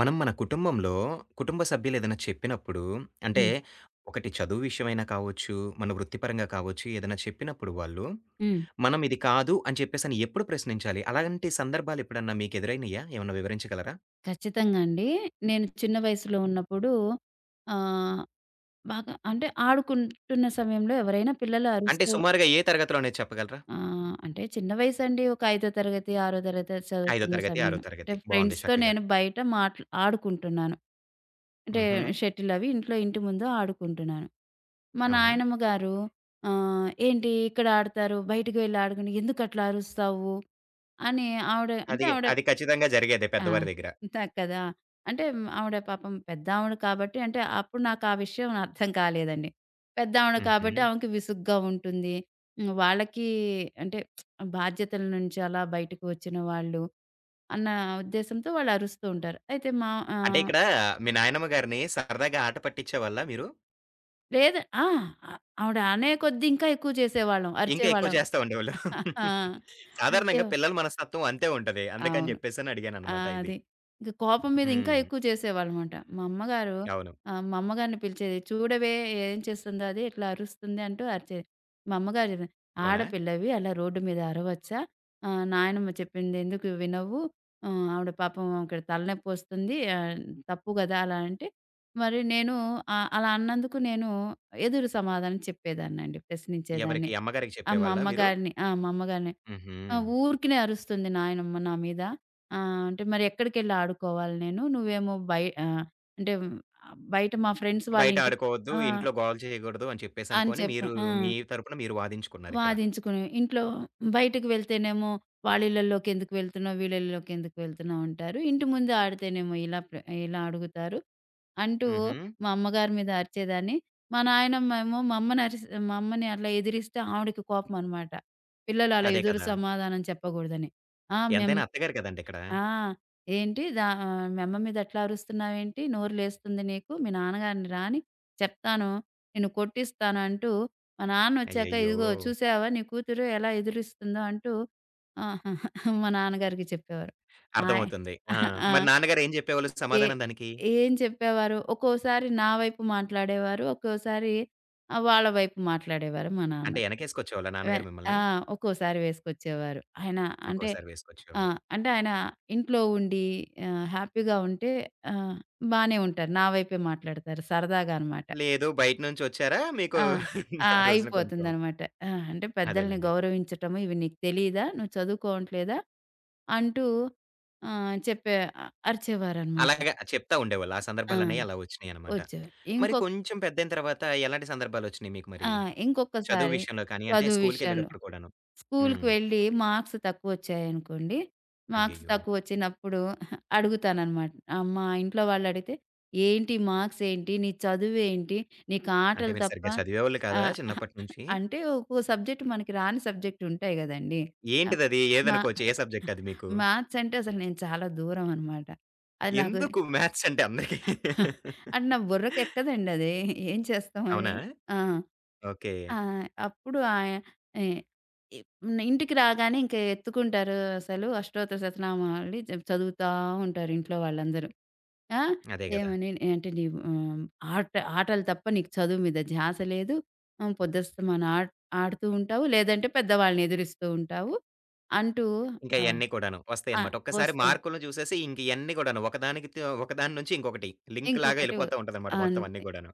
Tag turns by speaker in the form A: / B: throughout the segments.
A: మనం మన కుటుంబంలో, కుటుంబ సభ్యులు ఏదైనా చెప్పినప్పుడు అంటే
B: హ్మ్.
A: ఒకటి చదువు విషయమైనా కావచ్చు, మన వృత్తిపరంగా కావచ్చు ఏదైనా చెప్పినప్పుడు వాళ్ళు,
B: హ్మ్.
A: మనం ఇది కాదు అని చెప్పేసని ఎప్పుడు ప్రశ్నించాలి? అలాంటి సందర్భాలు ఎప్పుడన్నా మీకు ఎదురైనయా? ఏమన్నా వివరించగలరా?
B: ఖచ్చితంగా అండి. నేను చిన్న వయసులో ఉన్నప్పుడు ఆహ్, బాగా అంటే ఆడుకుంటున్న సమయంలో ఎవరైనా పిల్లలు
A: అంటే
B: అరుస్తూ
A: సుమారుగా ఏ తరగతిలో అనేది చెప్పగలరా?
B: అంటే చిన్న వయసండి. ఒక ఐదో తరగతి, ఆరో తరగతి
A: ఐదో
B: చదువుతున్న
A: తరగతి, ఆరో
B: సమయంలో. అంటే
A: తరగతి. బావుంది
B: ఫ్రెండ్స్‌తో
A: చక్కగా.
B: నేను బయట మాట్లా ఆడుకుంటున్నాను. అంటే
A: హుహు.
B: షటిల్ అవి ఇంట్లో ఇంటి ముందు ఆడుకుంటున్నాను. మా
A: అవునా?
B: నాయనమ్మ గారు "ఏంటి ఇక్కడ ఆడతారు, బయటికి వెళ్లి ఆడుకుని ఎందుకట్లా అరుస్తావు?" అని ఆవిడ అంటే
A: అది
B: ఆవిడ
A: అది ఖచ్చితంగా జరిగేదే
B: ఆ!
A: పెద్దవారి దగ్గర.
B: అంతా కదా! అంటే ఆవిడ పాపం పెద్దావిడ కాబట్టి అంటే అప్పుడు నాకు ఆ విషయం అర్థం కాలేదండి. పెద్దావిడ
A: హుహు.
B: కాబట్టి ఆమెకి విసుగ్గా ఉంటుంది. హ్మ్. వాళ్ళకి అంటే బాధ్యతల నుంచి అలా బయటకు వచ్చిన వాళ్ళు అన్న ఉద్దేశంతో వాళ్ళు అరుస్తూ ఉంటారు. అయితే మా
A: అంటే
B: ఆహ్,
A: ఇక్కడ మీ నాయనమ్మ గారిని సరదాగా ఆట పట్టించేవాళ్ళా మీరు?
B: లేదు ఆ! ఆవిడ అనే కొద్దీ ఇంకా ఎక్కువ చేసేవాళ్ళం.
A: ఇంకా ఎక్కువ
B: అరిచేవాళ్ళం.
A: చేస్తా ఉండేవాళ్ళు.
B: ఆ! అంతే.
A: సాధారణంగా పిల్లల మనస్తత్వం అంతే ఉంటది. అందుకని
B: అవును.
A: జెప్పేసని
B: ఆ!
A: అడిగాననమాట ఇది.
B: అది. ఇంక కోపం మీద ఇంకా
A: హ్మ్.
B: ఎక్కువ చేసేవాళ్ళమాట. మా అమ్మగారు
A: అవును.
B: మా అమ్మగారిని పిలిచేది. చూడవే ఏం చేస్తుందో అది ఇట్లా అరుస్తుంది అంటూ అరిచేది. మా అమ్మగారు చెప్పేది,
A: అవునా?
B: "ఆడపిల్లవి అలా రోడ్డు మీద అరవచ్చా? నాయనమ్మ చెప్పింది ఎందుకు వినవు? ఆవిడ పాపం ఇక్కడ తలనొప్పి వస్తుంది. తప్పు కదా!" అలా అంటే, మరి నేను అలా అన్నందుకు నేను ఎదురు సమాధానం చెప్పేదాన్నండి.
A: ఎవరికి
B: ప్రశ్నించేదాన్ని.
A: అమ్మగారికి
B: ఆ!
A: చెప్పేవాళ్ళా మీరు?
B: మా అమ్మగారిని
A: హుహు.
B: ఆ! ఊరికినే అరుస్తుంది నాయనమ్మ నా మీద. అంటే మరి ఎక్కడికెళ్ళి ఆడుకోవాలి నేను? అంటే బయట మా ఫ్రెండ్స్ వాళ్ళ
A: బయట
B: ఇంటికి
A: ఆడుకోవద్దు,
B: ఆ!
A: ఇంట్లో గోల చేయకూడదు అని
B: అని
A: చెప్పేసనుకోని
B: చెప్పి
A: మీరు
B: ఆ!
A: మీ తరపున మీరు వాదించుకున్నారిక్కడ.
B: వాదించుకుని ఇంట్లో బయటకి వెళ్తేనేమో వాళ్ళ ఇళ్ళల్లోకి ఎందుకు వెళ్తున్నావు? వీళ్ళ ఇళ్ళలోకి ఎందుకు వెళ్తున్నావు? అంటారు. ఇంటి ముందు ఆడితేనేమో ఇలా ప్ర ఇలా అడుగుతారు. అంటూ
A: హుహు.
B: మా అమ్మగారి మీద అరిచేదాన్ని. మా నాయనమ్మ ఏమో మా అమ్మని అరిసి మా అమ్మని అట్లా ఎదిరిస్తే ఆవిడకి కోపం అనమాట. పిల్లలు అలా
A: అదే
B: ఎదురు
A: కదా!
B: సమాధానం చెప్పకూడదని. ఆ! మేం
A: ఎంతైనా అత్తగారు కదండీ ఇక్కడ.
B: ఆ! " మీ అమ్మ మీద అట్లా అరుస్తున్నావేంటి? నోరు లేస్తుంది నీకు. మీ నాన్నగారిని రా అని చెప్తాను. నిన్ను కొట్టిస్తాను" అంటూ మా నాన్నొచ్చాక,
A: అయ్యయ్యో!
B: "ఇదిగో చూసావా నీ కూతురు ఎలా ఎదిరిస్తుందో" అంటూ ఆహా! మా నాన్నగారికి చెప్పేవారు. ఆయ్
A: అర్థమవుతుంది. ఆ!
B: ఆ!
A: మరి నాన్నగారు ఏం జెప్పేవాళ్ళు
B: ఏ
A: సమాధానం దానికి?
B: ఏం చెప్పేవారు? ఒక్కోసారి నా వైపు మాట్లాడేవారు. ఒక్కోసారి వాళ్ళ వైపు మాట్లాడేవారు మా నాన్న.
A: అంటే ఎనకేసుకొచ్చేవాళ్ళా
B: వె
A: నాన్నగారు
B: ఆ!
A: మిమ్మల్ని?
B: ఒక్కోసారి వేసుకొచ్చేవారు. ఆయన అంటే
A: ఒక్కోసారి
B: ఆ!
A: వేసుకొచ్చేవాళ్ళు.
B: అంటే ఆయన ఇంట్లో ఉండి హ్యాపీగా ఉంటే ఆహ్, బానే ఉంటారు. నా వైపే మాట్లాడతారు సరదాగా అనమాట.
A: లేదు. బయట నుంచొచ్చారా? మీకు
B: ఆ! ఆ!
A: ఆ రోజున కొంచెం
B: అయిపోతుందనమాట. ఆ! అంటే పెద్దల్ని
A: అదేలెండి.
B: గౌరవించటం ఇవి నీకు తెలీదా? నువ్వు చదువుకోవట్లేదా? అంటూ ఆహ్, చెప్పే అరిచేవారనమాట.
A: అలాగా చెప్తా ఉండేవాళ్ళు. ఆ
B: ఆ!
A: సందర్భాలనేయి అలా ఒచ్చినియనమాట.
B: వచ్చేవారు.
A: మరి
B: ఇంకొక
A: కొంచెం పెద్దయిన తర్వాత ఎలాంటి సందర్భాలొచ్చినియి మీకు
B: ఆ!
A: మరి? చదువు
B: ఇంకొకసారి
A: విషయంలో కానీ, అంటే
B: చదువు విషయంలో
A: స్కూలుకెళ్ళేటప్పుడు కూడాను?
B: స్కూలుకి
A: హ్మ్.
B: వెళ్ళి మార్క్స్ తక్కువొచ్చాయనుకోండి. మార్క్స్
A: అయ్యయ్యో!
B: తక్కువొచ్చినప్పుడు అడుగుతాననమాట. మా ఇంట్లో వాళ్ళడిగితే, "ఏంటి మార్క్సేంటి? నీ చదువేంటి? నీకు
A: అంటే
B: ఆటలు
A: మీరు
B: తప్ప"
A: సరిగ్గా చదివేవాళ్ళు కాదా
B: ఆహ్,
A: చిన్నప్పటి నుంచి?
B: అంటే ఒక్కో సబ్జెక్ట్ మనకి రాని సబ్జెక్టుంటాయి గదండీ! ఆహ్,
A: ఏంటిదది?
B: మా
A: ఏదనుకోవచ్చు? ఏ సబ్జెక్ట్ అది మీకు?
B: మ్యాథ్స్ అంటే అసలు నేను చాలా దూరం అనమాట. అది నాకు
A: ఎందుకు మ్యాథ్స్ అంటే అందరికి?
B: అంటే నా బుర్రకెక్కదండి అది. ఏం చేస్తాం అది.
A: అవునా?
B: ఆ!
A: ఓకే.
B: ఆ! అప్పుడు ఆయ ఎ ఇ ఇంటికి రాగానే ఇంక ఎత్తుకుంటారు అసలు అష్టోత్తర శతనామావళి చదువుతా ఉంటారు ఇంట్లో వాళ్ళందరూ. ఆ!
A: అదే గదా!
B: ఏమని అంటే నీవు ఆహ్, ఆట ఆటలు తప్ప నీకు చదువు మీద ధ్యాస లేదు. ఆహ్, పొద్దస్తమాన ఆట్ ఆడుతూ ఉంటావు. లేదంటే పెద్దవాళ్ళని ఎదిరిస్తూ ఉంటావు. అంటూ
A: ఇంకా
B: ఆహ్,
A: ఇయన్నీ కూడాను
B: ఆ!
A: వస్తాయన్నమాట. ఒక్కసారి
B: వస్తుంది.
A: మార్కులను చూసేసి ఇంక ఇయన్నీ కూడాను ఒకదానికి తో ఒకదాని నుంచి ఇంకొకటి లింక్ లాగా
B: ఇంకొకటి
A: ఎళ్ళిపోతా ఉంటదన్నమాట మొత్తం అన్నీ
B: అంతే.
A: గూడాను.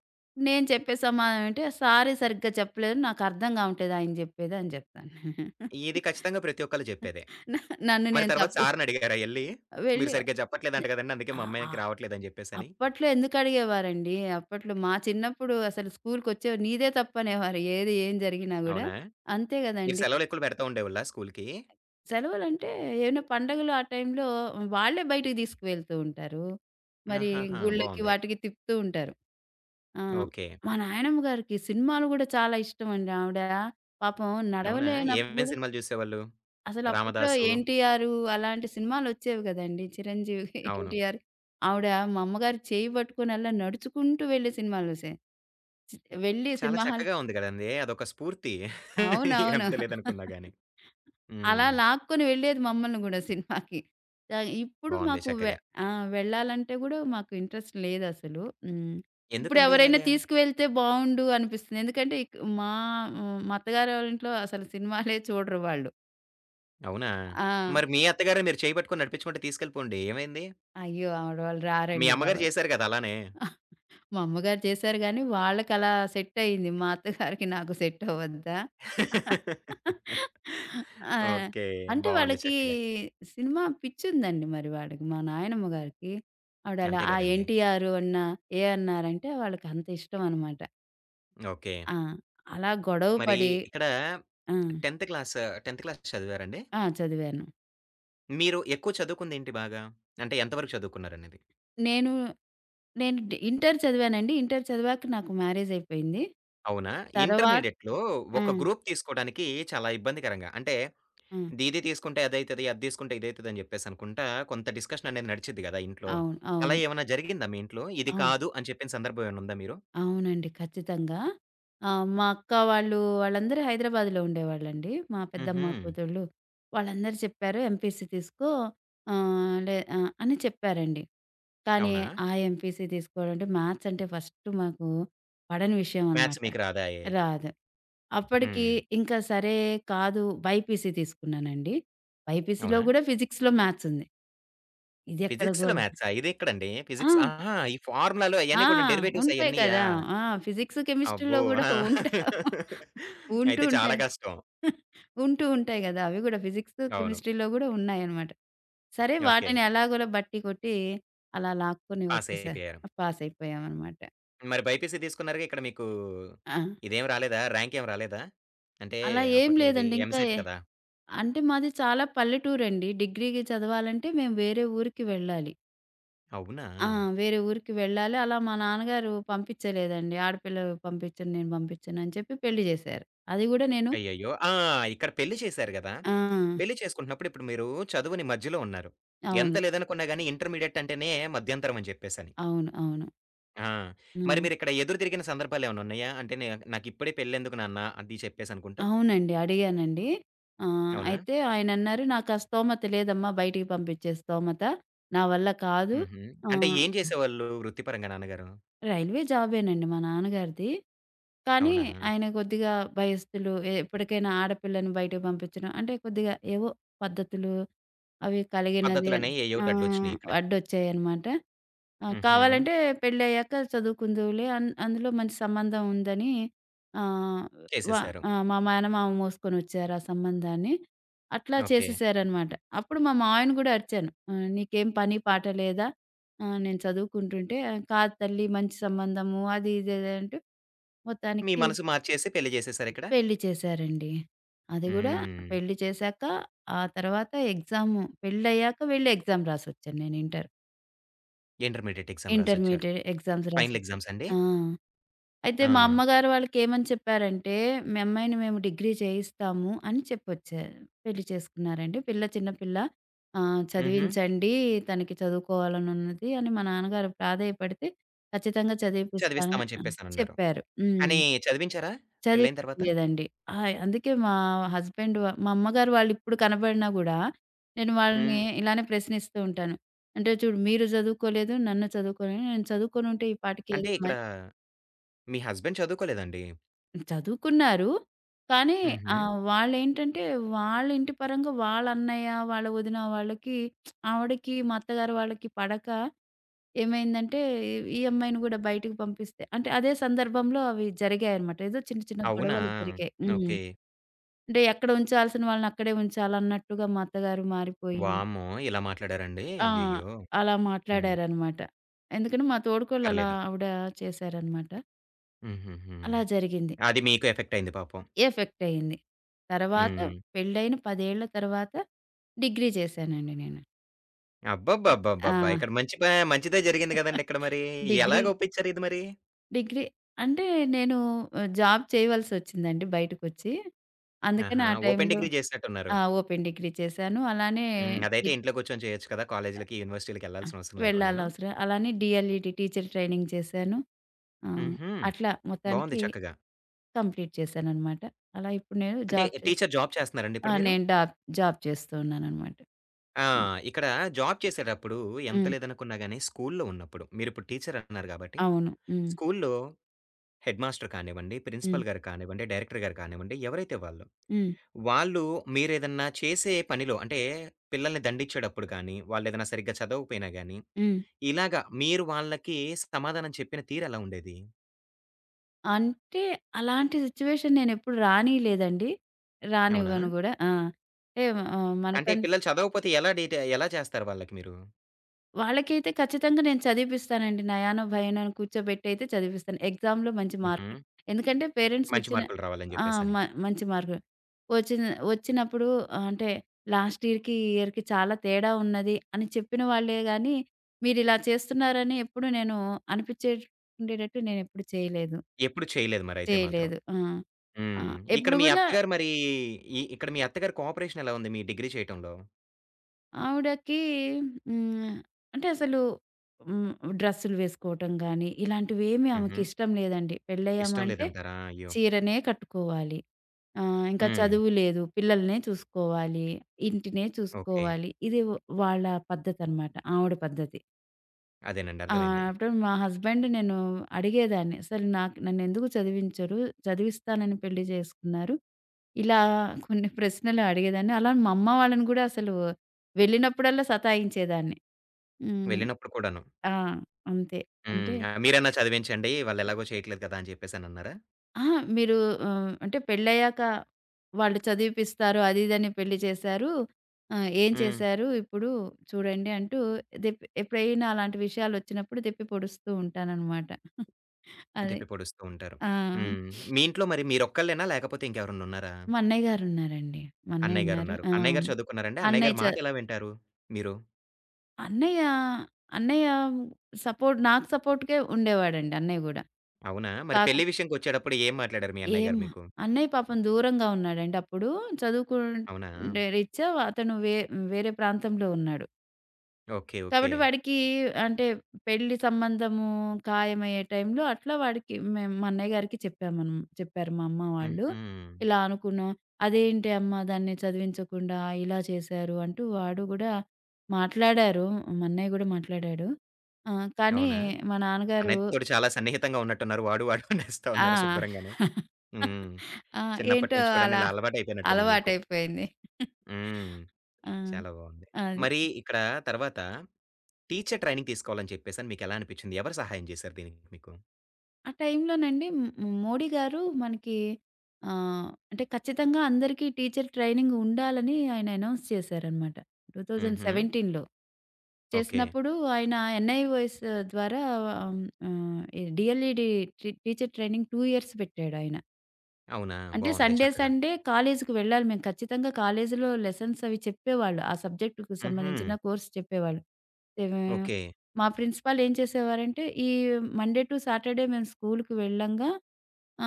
B: నేను చెప్పే సమాధానం ఏంటి సారీ సరిగ్గా చెప్పలేదు. నాకు అర్థం కావట్లేదు ఆయన చెప్పేది అని చెప్తాను.
A: ఇది ఖచ్చితంగా ప్రతి ఒక్కళ్ళు చెప్పేదే.
B: న నన్ను
A: మరి
B: నేను
A: తర్వాత
B: తప్పు
A: సార్‌ని అడిగారా ఎళ్లి? మీరు
B: వెళ్ళి
A: సరిగ్గా
B: నే
A: చెప్పట్లేదంట గదండీ! అందుకే
B: ఆ!
A: మా
B: ఆ!
A: అమ్మాయికి రావట్లేదని జెప్పేసని.
B: అప్పట్లో ఎందుకడిగేవారండి. అప్పట్లో మా చిన్నప్పుడు అసలు స్కూలుకొచ్చే నీదే తప్పనేవారు. ఏది ఏం జరిగినా గూడా.
A: అవునా?
B: అంతే
A: మీరు
B: గదండీ.
A: సెలవులెక్కులు పెడతా ఉండేవాళ్ళా స్కూలుకి?
B: సెలవులంటే ఏమైనా పండగలు ఆ టైంలో వాళ్ళే బయటికి తీసుకువెళ్తూ ఉంటారు. మరి
A: ఆహాహా!
B: గుళ్ళకి
A: బావుంది.
B: వాటికి తిప్పుతూ ఉంటారు. ఆ!
A: ఓకే.
B: మా నాయనమ్మ గారికి సినిమాలు గూడా చాలా ఇష్టమండి. ఆవిడ పాపం
A: అవునా?
B: నడవలేనప్పుడు
A: ఏమేం
B: గూడా
A: సినిమాలు జూసేవాళ్ళు?
B: అసలు అప్పట్లో
A: 'రామదాసు'
B: 'ఎన్‌టిఆర్' అలాంటి సినిమాలొచ్చేవి గదండీ. 'చిరంజీవి',
A: అవును.
B: 'ఎన్‌టిఆర్' ఆవిడ మా అమ్మగారు చేయి పట్టుకొని అలా నడుచుకుంటూ వెళ్ళే సినిమాలొసే. చి వెళ్ళి
A: చాలా
B: సినిమా హాల్
A: చక్కగా ఉంది గదండీ! అదొక స్ఫూర్తి.
B: అవునవును.
A: ఎంత లేదనుకున్నా గాని.
B: అలా
A: హ్మ్.
B: లాక్కొని వెళ్ళేది మమ్మల్ని గూడా సినిమాకి. ఆహ్, ఇప్పుడు
A: బావుంది
B: మాకు వె
A: చక్కగా.
B: ఆ! వెళ్ళాలంటే గూడా మాకు ఇంట్రెస్ట్ లేదసలు. హ్మ్.
A: ఎందుకండి
B: ఇప్పుడెవరైనా
A: అలాగా?
B: తీసుకువెళ్తే బావుండు అనిపిస్తుంది. ఎందుకంటే మా అత్తగారోళ్ళింట్లో అసలు సినిమాలే చూడరు వాళ్ళు.
A: అవునా?
B: ఆ!
A: మరి మీ అత్తగారే మీరు చెయ్యి పట్టుకొని నడిపించుకుంట తీసుకెళ్ళిపోండి. ఏమైంది?
B: అయ్యో! ఆవిడ వాళ్ళు
A: మీ
B: రారండి
A: అమ్మగారు
B: బాబోయ్!
A: చేశారు కదా అలానే.
B: మా అమ్మగారు చేశారు గానీ, వాళ్ళకలా సెట్టయింది. మా అత్తగారికి నాకు సెట్ అవ్వద్దా? ఆ!
A: ఓకే.
B: అంటే
A: బావుంది
B: వాళ్ళకి
A: చక్కగా.
B: సినిమా పిచ్చుందండి మరి వాళ్ళకి. మా నాయనమ్మ గారికి. ఆవిడలా
A: అంతే
B: ఆ
A: గదండీ.
B: 'ఎన్టీఆర్' అన్నా, ఏ అన్నారంటే వాళ్ళకంత ఇష్టం అనమాట.
A: ఓకే.
B: ఆ! అలా గొడవ
A: మరి
B: పడి
A: ఇక్కడ
B: ఆ!
A: 10థ్ క్లాస్, 10థ్ క్లాస్ చదివారండి?
B: ఆ! చదివాను.
A: మీరు ఎక్కువ చదువుకుందేంటి బాగా? అంటే ఎంత వరకు చదువుకున్నారనేది?
B: నేను, నేను ఇంటర్ చదివానండి. ఇంటర్ చదివాక నాకు మ్యారేజయిపోయింది.
A: అవునా?
B: తర్వా
A: ఇంటర్మీడియేట్‌లో
B: ఆ!
A: ఒక గ్రూప్ తీసుకోవడానికి చాలా ఇబ్బందికరంగా అంటే
B: ఆ!
A: ఇది ఇది తీసుకుంటే అదైతది. అది తీసుకుంటే ఇదైతది అని జెప్పేసనుకుంటా కొంత డిస్కషన్ అనేది నడిచిద్ది గదా! ఇంట్లో.
B: అవును.
A: అలా
B: అవును.
A: ఏమన్నా జరిగిందా మీ ఇంట్లో? ఇది
B: అవును.
A: కాదు అని చెప్పిన సందర్భం ఏమైనా ఉందా మీరు?
B: అవునండి. ఖచ్చితంగా. ఆహ్, మా అక్క వాళ్ళు, వాళ్ళందరూ హైదరాబాద్‌లో ఉండేవాళ్ళండి. మా
A: హుహు.
B: పెద్దమ్మ కూతుళ్ళు. వాళ్ళందరూ చెప్పారు ఎంపీసీ తీసుకో ఆహ్, లే ఆహ్, అని చెప్పారండి. కానీ
A: అవునా?
B: ఆ ఎంపీసీ తీసుకోవడం అంటే మ్యాథ్స్ అంటే ఫస్ట్ మాకు పడని విషయం
A: మ్యాథ్స్
B: అనమాట.
A: మీకు రాదాయె.
B: రాదు. అప్పటికి
A: హ్మ్.
B: ఇంకా సరే కాదు బైపీసీ తీసుకున్నానండి. బైపీసీలో
A: అవునా?
B: గూడా ఫిజిక్స్‌లో మ్యాథ్స్ ఉంది. ఇది ఎక్కడ
A: ఫిజిక్స్‌లో
B: గూడా
A: మ్యాథ్సా? ఇదెక్కడండి?
B: ఆ!
A: ఫిజిక్స్ ఆహా! ఈ ఫార్ములాలు
B: ఆ!
A: అయన్నీ కూడా డెరివేటివ్స్
B: ఉంటాయి
A: అయన్నీయా?
B: కదా! ఆ! ఫిజిక్స్, కెమిస్ట్రీ‌లో
A: అబ్బో!
B: గూడా
A: ఆ!
B: ఉంటా ఉంటూ
A: అయితే చాలా
B: ఉంటాయి.
A: కష్టం.
B: ఉంటూ ఉంటాయి గదా! అవి గూడా ఫిజిక్స్,
A: అవును.
B: కెమిస్ట్రీ‌లో గూడా ఉన్నాయన్నమాట. సరే
A: ఓకే.
B: వాటిని ఎలాగోలా బట్టి కొట్టి అలా లాక్కొని
A: పాస్
B: వచ్చేసా.
A: అయిపోయారు.
B: పాసయిపోయామన్నమాట.
A: మరి BiPC తీసుకున్నారుగా ఇక్కడ మీకు
B: ఆ!
A: ఇదేం రాలేదా? ర్యాంక్ ఏమి రాలేదా? అంటే
B: అలా ఏం
A: అప్పట్లో ఏది
B: లేదండి. ఇంకా
A: EAMCET
B: ఏ
A: కదా!
B: అంటే మాది చాలా పల్లెటూరండి. డిగ్రీకి చదవాలంటే మేము వేరే ఊరికి వెళ్ళాలి.
A: అవునా?
B: ఆ! వేరే ఊరికి వెళ్ళాలి. అలా మా నాన్నగారు పంపించలేదండి. ఆడపిల్ల పంపించను, నేను పంపించను అని చెప్పి పెళ్లి జేశారు. అది గూడా నేను
A: అయ్యయ్యో! ఆ! ఇక్కడ పెళ్లి చేశారు గదా!
B: ఆ!
A: పెళ్లి చేసుకుంటున్నప్పుడు ఇప్పుడు మీరు చదువుని మధ్యలో ఉన్నారు. ఎంత
B: అవును.
A: లేదనుకున్నా గాని ఇంటర్మీడియేట్ అంటేనే మధ్యంతరం అని చెప్పేసని.
B: అవును. అవును.
A: ఆ! మరి
B: హ్మ్.
A: మీరిక్కడ ఎదురు తిరిగిన సందర్భాలేమన్నా ఉన్నాయా? అంటే నే నాకిప్పుడే పెళ్లెందుకు నాన్న అది చెప్పేసనుకుంటా.
B: అవునండి. అడిగానండి.
A: అవునా?
B: అయితే ఆయనన్నారు "నాకు ఆ స్తోమత లేదమ్మా బయటికి పంపించే స్తోమత. నా వల్ల కాదు."
A: హుహు. అంటే
B: ఆహ్,
A: ఏం చేసేవాళ్ళు వృత్తిపరంగా నాన్నగారు?
B: రైల్వే జాబేనండి మా నాన్నగారిది. కానీ
A: అవునా?
B: ఆయన కొద్దిగా భయస్థులు. ఏ- ఎప్పటికైనా ఆడపిల్లని బయటకి పంపించడం అంటే కొద్దిగా ఏవో పద్ధతులు అవి కలిగినది.
A: పద్ధతులనేయి ఏయోకటి
B: ఆహ్,
A: అడ్డొచ్చినియి ఇక్కడ.
B: అడ్డొచ్చాయన్నమాట. ఆ!
A: హుహు.
B: కావాలంటే పెళ్ళయ్యాక చదువుకుందువులే అన్ అందులో మంచి సంబంధం ఉందని ఆహ్, వ
A: చేసేసారు.
B: ఆ! మా మేనమామ మోసుకొనొచ్చారు ఆ సంబంధాన్ని. అట్లా
A: ఓకే.
B: చేసేసారనమాట. అప్పుడు మా మావయ్యని గూడా అరిచాను. "నీకేం పని పాట లేదా? నేను చదువుకుంటుంటే" ఆ, "కాదు తల్లి మంచి సంబంధము" అది ఇది ఇది అంటూ
A: మీ
B: మొత్తానికి
A: మనసు మార్చేసి పెళ్లి చేసేసారిక్కడ?
B: పెళ్లి చేశారండి. అది గూడా
A: హ్మ్.
B: పెళ్లి చేశాక, ఆ తర్వాత ఎగ్జాము పెళ్ళయ్యాక వెళ్లి ఎగ్జామ్ రాసొచ్చాను నేను ఇంటర్.
A: ఇంటర్మీడియేట్ ఎగ్జామ్ రాసొచ్చారు.
B: ఇంటర్మీడియేట్ ఎగ్జామ్స్
A: ఫైనల్
B: రాసొచ్చారు.
A: ఎగ్జామ్సండి?
B: ఆ! అయితే మా
A: ఆ!
B: అమ్మగారు వాళ్ళకేమని చెప్పారంటే, "మీ అమ్మాయిని మేము డిగ్రీ చేయిస్తాము" అని చెప్పొచ్చారు. పెళ్లి చేసుకున్నారండి. పిల్ల చిన్న పిల్ల.
A: హుహు.
B: చదివించండి. తనకి చదువుకోవాలనున్నది అని మా నాన్నగారు ప్రాధేయపడితే, ఖచ్చితంగా చదివిపిస్తాను
A: చదివిస్తామని
B: అని
A: చెప్పేసనన్నారు.
B: చెప్పారు. హ్మ్.
A: కానీ చదివించారా పెళ్లయిన తర్వాత?
B: చదివించలేదండి. అందుకే మా హస్బెండ్ వ మా అమ్మగారు వాళ్ళిప్పుడు కనబడినా గూడా, నేను వాళ్ళని
A: హ్మ్.
B: ఇలానే ప్రశ్నిస్తూ ఉంటాను. అంటే చూడు మీరు చదువుకోలేదు, నన్ను చదువుకోలేదు. నేను చదువుకొనుంటే ఈ పాటికి
A: అంటే
B: ఏదో మ
A: ఇక్కడ మీ హస్బెండ్ చదువుకోలేదండి?
B: చదువుకున్నారు. కానీ
A: హుహు.
B: వాళ్ళేంటంటే వాళ్ళ ఇంటి పరంగా వాళ్ళ అన్నయ్య, వాళ్ళ వదిన వాళ్ళకి ఆవిడకి, మా అత్తగారు వాళ్ళకి పడక ఏమైందంటే ఈ అమ్మాయిని గూడా బయటికి పంపిస్తే అంటే అదే సందర్భంలో అవి జరిగాయన్నమాట. ఏదో చిన్న చిన్న
A: అవునా?
B: గొడవలు జరిగాయి. హ్మ్.
A: ఓకే.
B: అంటే ఎక్కడ ఉంచాల్సిన వాళ్ళని అక్కడే ఉంచాలన్నట్టుగా మా అత్తగారు మారిపోయి
A: వామ్మో! ఇలా మాట్లాడారండి?
B: ఆ!
A: అయ్యయ్యో!
B: అలా
A: హ్మ్.
B: మాట్లాడారనమాట. ఎందుకంటే మా తోడికోడలు అలా
A: పర్లేదు.
B: ఆవిడ చేశారనమాట.
A: హుహుహు.
B: అలా జరిగింది.
A: అది మీకు ఎఫెక్ట్ అయింది పాపం.
B: ఎఫెక్ట్ అయింది. తర్వాత
A: హ్మ్.
B: పెళ్ళైన 10 ఏళ్ల తర్వాత డిగ్రీ చేశానండి నేను. ఆ!
A: అబ్బబ్బబ్బబ్బబ్బా! ఇక్కడ మంచి ప మంచిదే జరిగింది గదండీ ఇక్కడ మరి.
B: డిగ్రీ
A: ఎలాగ ఒప్పించారు ఇది మరి?
B: డిగ్రీ అంటే నేను జాబ్ చేయవలసొచ్చిందండి బయటకొచ్చి. అందుకని
A: ఆహా!
B: ఆ
A: ఓపెన్
B: టైంలో
A: డిగ్రీ జేసినట్టున్నారు.
B: ఆ! ఓపెన్ డిగ్రీ చేశాను. అలానే
A: హ్మ్.
B: టీ
A: అదైతే ఇంట్లో కూర్చొని చేయొచ్చు కదా! కాలేజీలకి,
B: ఆ!
A: యూనివర్సిటీలకెళ్ళాల్సిన అవసరం లేకుండాను.
B: వెళ్ళాలవసరం. అలానే డీఎల్‌ఈడీ టీచర్ ట్రైనింగ్ చేశాను. ఆ!
A: హుహు.
B: అట్లా
A: బావుంది
B: మొత్తానికి
A: చక్కగా.
B: కంప్లీట్ చేశాననమాట. అలా ఇప్పుడు నేను
A: అంటే
B: జాబ్ చే
A: టీచర్ జాబ్ చేస్తున్నారండి
B: ఆ!
A: ఇప్పుడు మీరు?
B: నేను జాబ్ చేస్తూ ఉన్నాననమాట.
A: ఆ! ఇక్కడ జాబ్ చేసేటప్పుడు ఎంత
B: హ్మ్.
A: లేదనుకున్నా గాని స్కూలులో ఉన్నప్పుడు, మీరిప్పుడు టీచర్ అంటున్నారు కాబట్టి,
B: అవును. హ్మ్.
A: స్కూలులో హెడ్‌మాస్టర్ కానివ్వండి,
B: హ్మ్.
A: ప్రిన్సిపల్ గారు కానివ్వండి, డైరెక్టర్ గారు కానివ్వండి, ఎవరైతే వాళ్ళు,
B: హ్మ్.
A: వాళ్ళు మీరేదన్నా చేసే పనిలో అంటే పిల్లల్ని దండించేటప్పుడు గాని, వాళ్ళేదైనా సరిగ్గా చదవకపోయినా గాని,
B: హ్మ్.
A: ఇలాగ మీరు వాళ్ళకి సమాధానం చెప్పిన తీరెలా ఉండేది?
B: అంటే అలాంటి సిట్యుయేషన్ నేనెప్పుడు రానీయలేదండి.
A: అవునా?
B: రానివ్వను గూడా. ఆ! అంటే ఆహ్,
A: అంటే
B: మనకం
A: పిల్లలు చదవకపోతే ఎలా డీట ఎలా చేస్తారు వాళ్ళకి మీరు?
B: వాళ్ళకైతే ఖచ్చితంగా నేను చదివిపిస్తానండి. నయానో భయానో కూర్చోబెట్టి అయితే చదివిపిస్తాను. ఎగ్జామ్‌లో మంచి
A: హుహు.
B: మార్కులు. ఎందుకంటే పేరెంట్స్
A: మంచి
B: వచ్చిన
A: మార్కులు రావాలని
B: ఆ! మ
A: జెప్పేసని.
B: మంచి మార్కులు. వచ్చిన వచ్చినప్పుడు ఆ, అంటే లాస్ట్ ఇయర్‌కి, ఈ ఇయర్‌కి చాలా తేడా ఉన్నది అని చెప్పిన వాళ్ళే గానీ, మీరిలా చేస్తున్నారని ఎప్పుడు నేను అనిపించేట్ ఉండేటట్టు నేనెప్పుడు చేయలేదు.
A: ఎప్పుడు చేయలేదు మరైతే మాత్రం.
B: చేయలేదు. ఆ! ఆ!
A: హ్మ్. ఇక్కడ
B: ఎప్పుడు
A: మీ
B: గూడా
A: అత్తగారు మరీ ఇక్కడ మీ అత్తగారి కోఆపరేషన్ ఎలా ఉంది మీ డిగ్రీ చేయటంలో?
B: ఆవిడకి హ్మ్. అంటే అసలు హ్మ్. డ్రెస్సులు వేసుకోవటం గాని, ఇలాంటివేమి
A: హుహు.
B: ఆమెకి ఇష్టం లేదండి.
A: ఇష్టం
B: పెళ్ళయ్యామంటే
A: లేదంటారా? అయ్యో!
B: చీరనే కట్టుకోవాలి. ఇంకా
A: హ్మ్.
B: చదువు లేదు. పిల్లల్నే చూసుకోవాలి. ఇంటినే
A: ఓకే.
B: చూసుకోవాలి. ఇది వాళ్ళ పద్ధతనమాట. ఆవిడ పద్ధతి.
A: అదేనండి అర్థమైంది.
B: అప్పుడు మా హస్బెండ్ నేను అడిగేదాన్ని. అసలు నాకు నన్నెందుకు చదివించరు? చదివిస్తానని పెళ్లి చేసుకున్నారు. ఇలా కొన్ని ప్రశ్నలు అడిగేదాన్ని. అలా మా అమ్మ వాళ్ళని గూడా అసలు వెళ్ళినప్పుడల్లా సతాయించేదాన్ని. హ్మ్.
A: వెళ్ళినప్పుడు కూడాను.
B: ఆ! అంతే. అంటే
A: హ్మ్. ఆహ్, మీరన్నా చదివించండి వాళ్ళెలాగో చేయట్లేదు కదా! అని చెప్పేసనన్నారా?
B: అహా! మీరు అంటే పెళ్ళయ్యాక వాళ్ళు చదివిపిస్తారు. అది ఇదని పెళ్లి చేశారు. ఏం
A: హ్మ్.
B: చేశారు ఇప్పుడు చూడండి అంటూ దెప్పి ఎప్పుడైనా అలాంటి విషయాలొచ్చినప్పుడు దెప్పి పొడుస్తూ ఉంటాననమాట. అది.
A: తిప్పి పొడుస్తూ ఉంటారు.
B: ఆ!
A: హ్మ్. మీ ఇంట్లో మరి మీరొక్కళ్ళేనా? లేకపోతే ఇంకెవరన్నా ఉన్నారా?
B: మా అన్నయ్య గారున్నారండి. మా అన్నయ్య
A: అన్నయ్య
B: ఉన్నారు.
A: గారున్నారు.
B: ఆ!
A: అన్నయ్య గారు చదువుకున్నారండి? అన్నయ్య
B: అన్నయ్య
A: గారి
B: చ
A: మాట ఎలా వింటారు మీరు?
B: అన్నయ్య, అన్నయ్య సపోర్ట్ నాకు సపోర్ట్‌గే ఉండేవాడండి అన్నయ్య గూడా.
A: అవునా? మరి
B: కాక
A: పెళ్లి విషయంకొచ్చేటప్పుడు ఏం మాట్లాడారు మీ అన్నయ్య
B: ఏం
A: గారు మీకు?
B: అన్నయ్య పాపం దూరంగా ఉన్నాడండి అప్పుడు.
A: అవునా?
B: చదువుకుండే రీత్యా అతను వే వేరే ప్రాంతంలో ఉన్నాడు.
A: ఓకే. ఓకే.
B: కాబట్టి వాడికి అంటే పెళ్లి సంబంధము ఖాయమయ్యే టైంలో అట్లా వాడికి మేము మా అన్నయ్య గారికి చెప్పాము చెప్పారు మా అమ్మ వాళ్ళు.
A: హుహు.
B: ఇలా అనుకున్నాం. "అదేంటి అమ్మ దాన్ని చదివించకుండా ఇలా చేశారు" అంటూ వాడు గూడా మాట్లాడారు. మా అన్నయ్య గూడా మాట్లాడాడు. ఆ! కానీ
A: అవునా?
B: మా నాన్నగారు
A: అన్నయ్యతోటి చాలా సన్నిహితంగా ఉన్నట్టున్నారు. వాడు, వాడు అనేస్తా
B: ఆ!
A: ఉన్నారు శుభ్రంగాను. హ్మ్.
B: ఆ!
A: చిన్నప్పటి
B: ఏంటో
A: నుంచి కూడాను
B: అలా
A: ఇలా అలవాటయిపోయినట్టుంది మీకు.
B: అలవాటైపోయింది.
A: హ్మ్.
B: ఆ!
A: చాలా బావుంది.
B: అది.
A: మరి ఇక్కడ తర్వాత టీచర్ ట్రైనింగ్ తీసుకోవాలని చెప్పేసని మీకెలా అనిపిచ్చింది? ఎవరు సహాయం చేశారు దీనికి మీకు?
B: ఆ టైంలోనండి హ్మ్, మోడీ గారు మనకి అంటే ఖచ్చితంగా అందరికీ టీచర్ ట్రైనింగ్ ఉండాలని ఆయన అనౌన్స్ చేశారనమాట.
A: హుహు.
B: 2017లో
A: ఓకే.
B: చేసినప్పుడు ఆయన ఎన్‌ఐఓఎస్ ద్వారా ఆహ్, ఈ డీఎల్‌ఈడీ టీ టీచర్ ట్రైనింగ్ 2 ఇయర్స్ పెట్టాడాయన.
A: అవునా?
B: అంటే
A: బావుంది
B: సండే,
A: చక్కగా.
B: సండే కాలేజీకి వెళ్ళాలి మేము ఖచ్చితంగా కాలేజీలో లెసన్స్ అవి చెప్పేవాళ్ళు. ఆ సబ్జెక్ట్‌కి
A: హుహు.
B: సంబంధించిన కోర్స్ చెప్పేవాళ్ళు. ఏవే
A: ఓకే.
B: మా ప్రిన్సిపాల్ ఏం చేసేవారంటే, ఈ మండే టు సాటర్‌డే మేము స్కూలుకి వెళ్ళంగా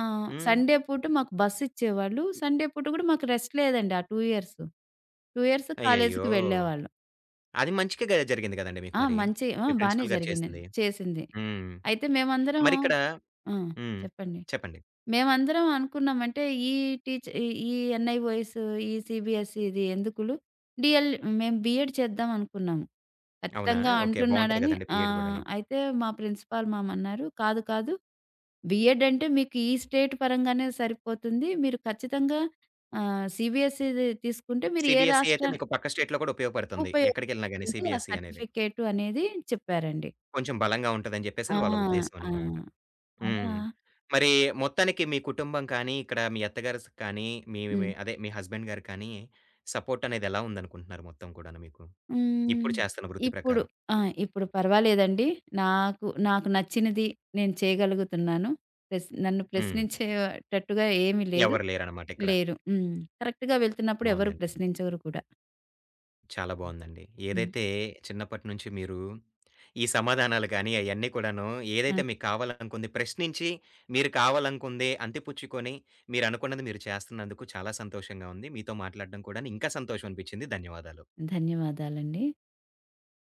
A: హ్మ్.
B: సండే పూట మాకు బస్ ఇచ్చేవాళ్ళు. సండే పూట కూడా మాకు రెస్ట్ లేదండి ఆ 2 ఇయర్స్. 2 ఇయర్స్ కాలేజీకి
A: అయ్యయ్యో!
B: వెళ్ళేవాళ్ళం.
A: అది మంచికే గదా! జరిగింది గదండీ మీకు
B: ఆ!
A: మరి.
B: మంచి ఆ!
A: మీ
B: బానే
A: ప్రిన్సిపల్ గారు
B: జరిగిందండి.
A: చేసింది.
B: చేసింది.
A: హ్మ్.
B: అయితే మేమందరం
A: మరిక్కడ
B: ఆ!
A: హ్మ్.
B: చెప్పండి.
A: చెప్పండి.
B: మేమందరం అనుకున్నాం. అంటే ఈ టీచ్ ఈ ఈ ఎన్‌ఐఓఎస్, ఈ సీబీఎస్‌ఈ ఇది ఎందుకులు డీఎల్ మేము బీఎడ్ చేద్దాం అనుకున్నాము.
A: అవునా?
B: ఖచ్చితంగా
A: ఓకే. బావుంటది
B: అంటున్నాడని
A: గదండీ B.Ed గూడాను.
B: అయితే మా ప్రిన్సిపాల్ మామన్నారు, "కాదు, కాదు బీఎడ్ అంటే మీకు ఈ స్టేట్ పరంగానే సరిపోతుంది. మీరు ఖచ్చితంగా సీబీఎస్‌ఈది తీసుకుంటే మీరు ఏ
A: సీబీఎస్‌ఈ అయితే
B: రాష్ట్రానికి
A: మీకు పక్క స్టేట్‌లో కూడా ఉపయోగపడుతుంది. ఎక్కడికెళ్ళినా గాని
B: ఉపయోగపడుతుంది ఆ
A: CBSE అనేది.
B: సర్టిఫికేటు" అనేది చెప్పారండి.
A: కొంచెం బలంగా ఉంటదని
B: ఆ!
A: చెప్పేసని వాళ్ళ ఉద్దేశ్యం
B: ఆ!
A: అనమాట.
B: అలా
A: హ్మ్. మరి మొత్తానికి మీ కుటుంబం కానీ, ఇక్కడ మీ అత్తగారు స్ కానీ, మీ మీ
B: హ్మ్.
A: అదే మీ హస్బెండ్ గారు కానీ, సపోర్ట్ అనేది ఎలా ఉందనుకుంటున్నారు మొత్తం కూడాను మీకు?
B: హ్మ్.
A: ఇప్పుడు చేస్తున్న వృత్తి
B: ఇప్పుడు
A: ప్రకారం.
B: ఆ! ఇప్పుడు పర్వాలేదండి. నాకు నచ్చినది నేను చేయగలుగుతున్నాను. ప్రస్ నన్ను
A: హ్మ్.
B: ప్రశ్నించేటట్టుగా ఏమీ లేదు.
A: ఎవరు లేరనమాట ఇక్కడ.
B: లేరు. హ్మ్. కరెక్ట్‌గా వెళ్తున్నప్పుడు ఎవరు
A: బావుందండి.
B: ప్రశ్నించరు కూడా.
A: చాలా బావుందండి.
B: హ్మ్.
A: ఏదైతే చిన్నప్పటి నుంచి మీరు ఈ సమాధానాలు గానీ, అయన్నీ కూడాను
B: ఆ!
A: ఏదైతే మీకు కావాలనుకుంది ప్రశ్నించి, మీరు కావాలనుకుంది అంతిపుచ్చుకొని, మీరనుకున్నది మీరు చేస్తున్నందుకు చాలా సంతోషంగా ఉంది. మీతో మాట్లాడడం కూడాను ఇంకా సంతోషం అనిపిచ్చింది. ధన్యవాదాలు.
B: ధన్యవాదాలండి.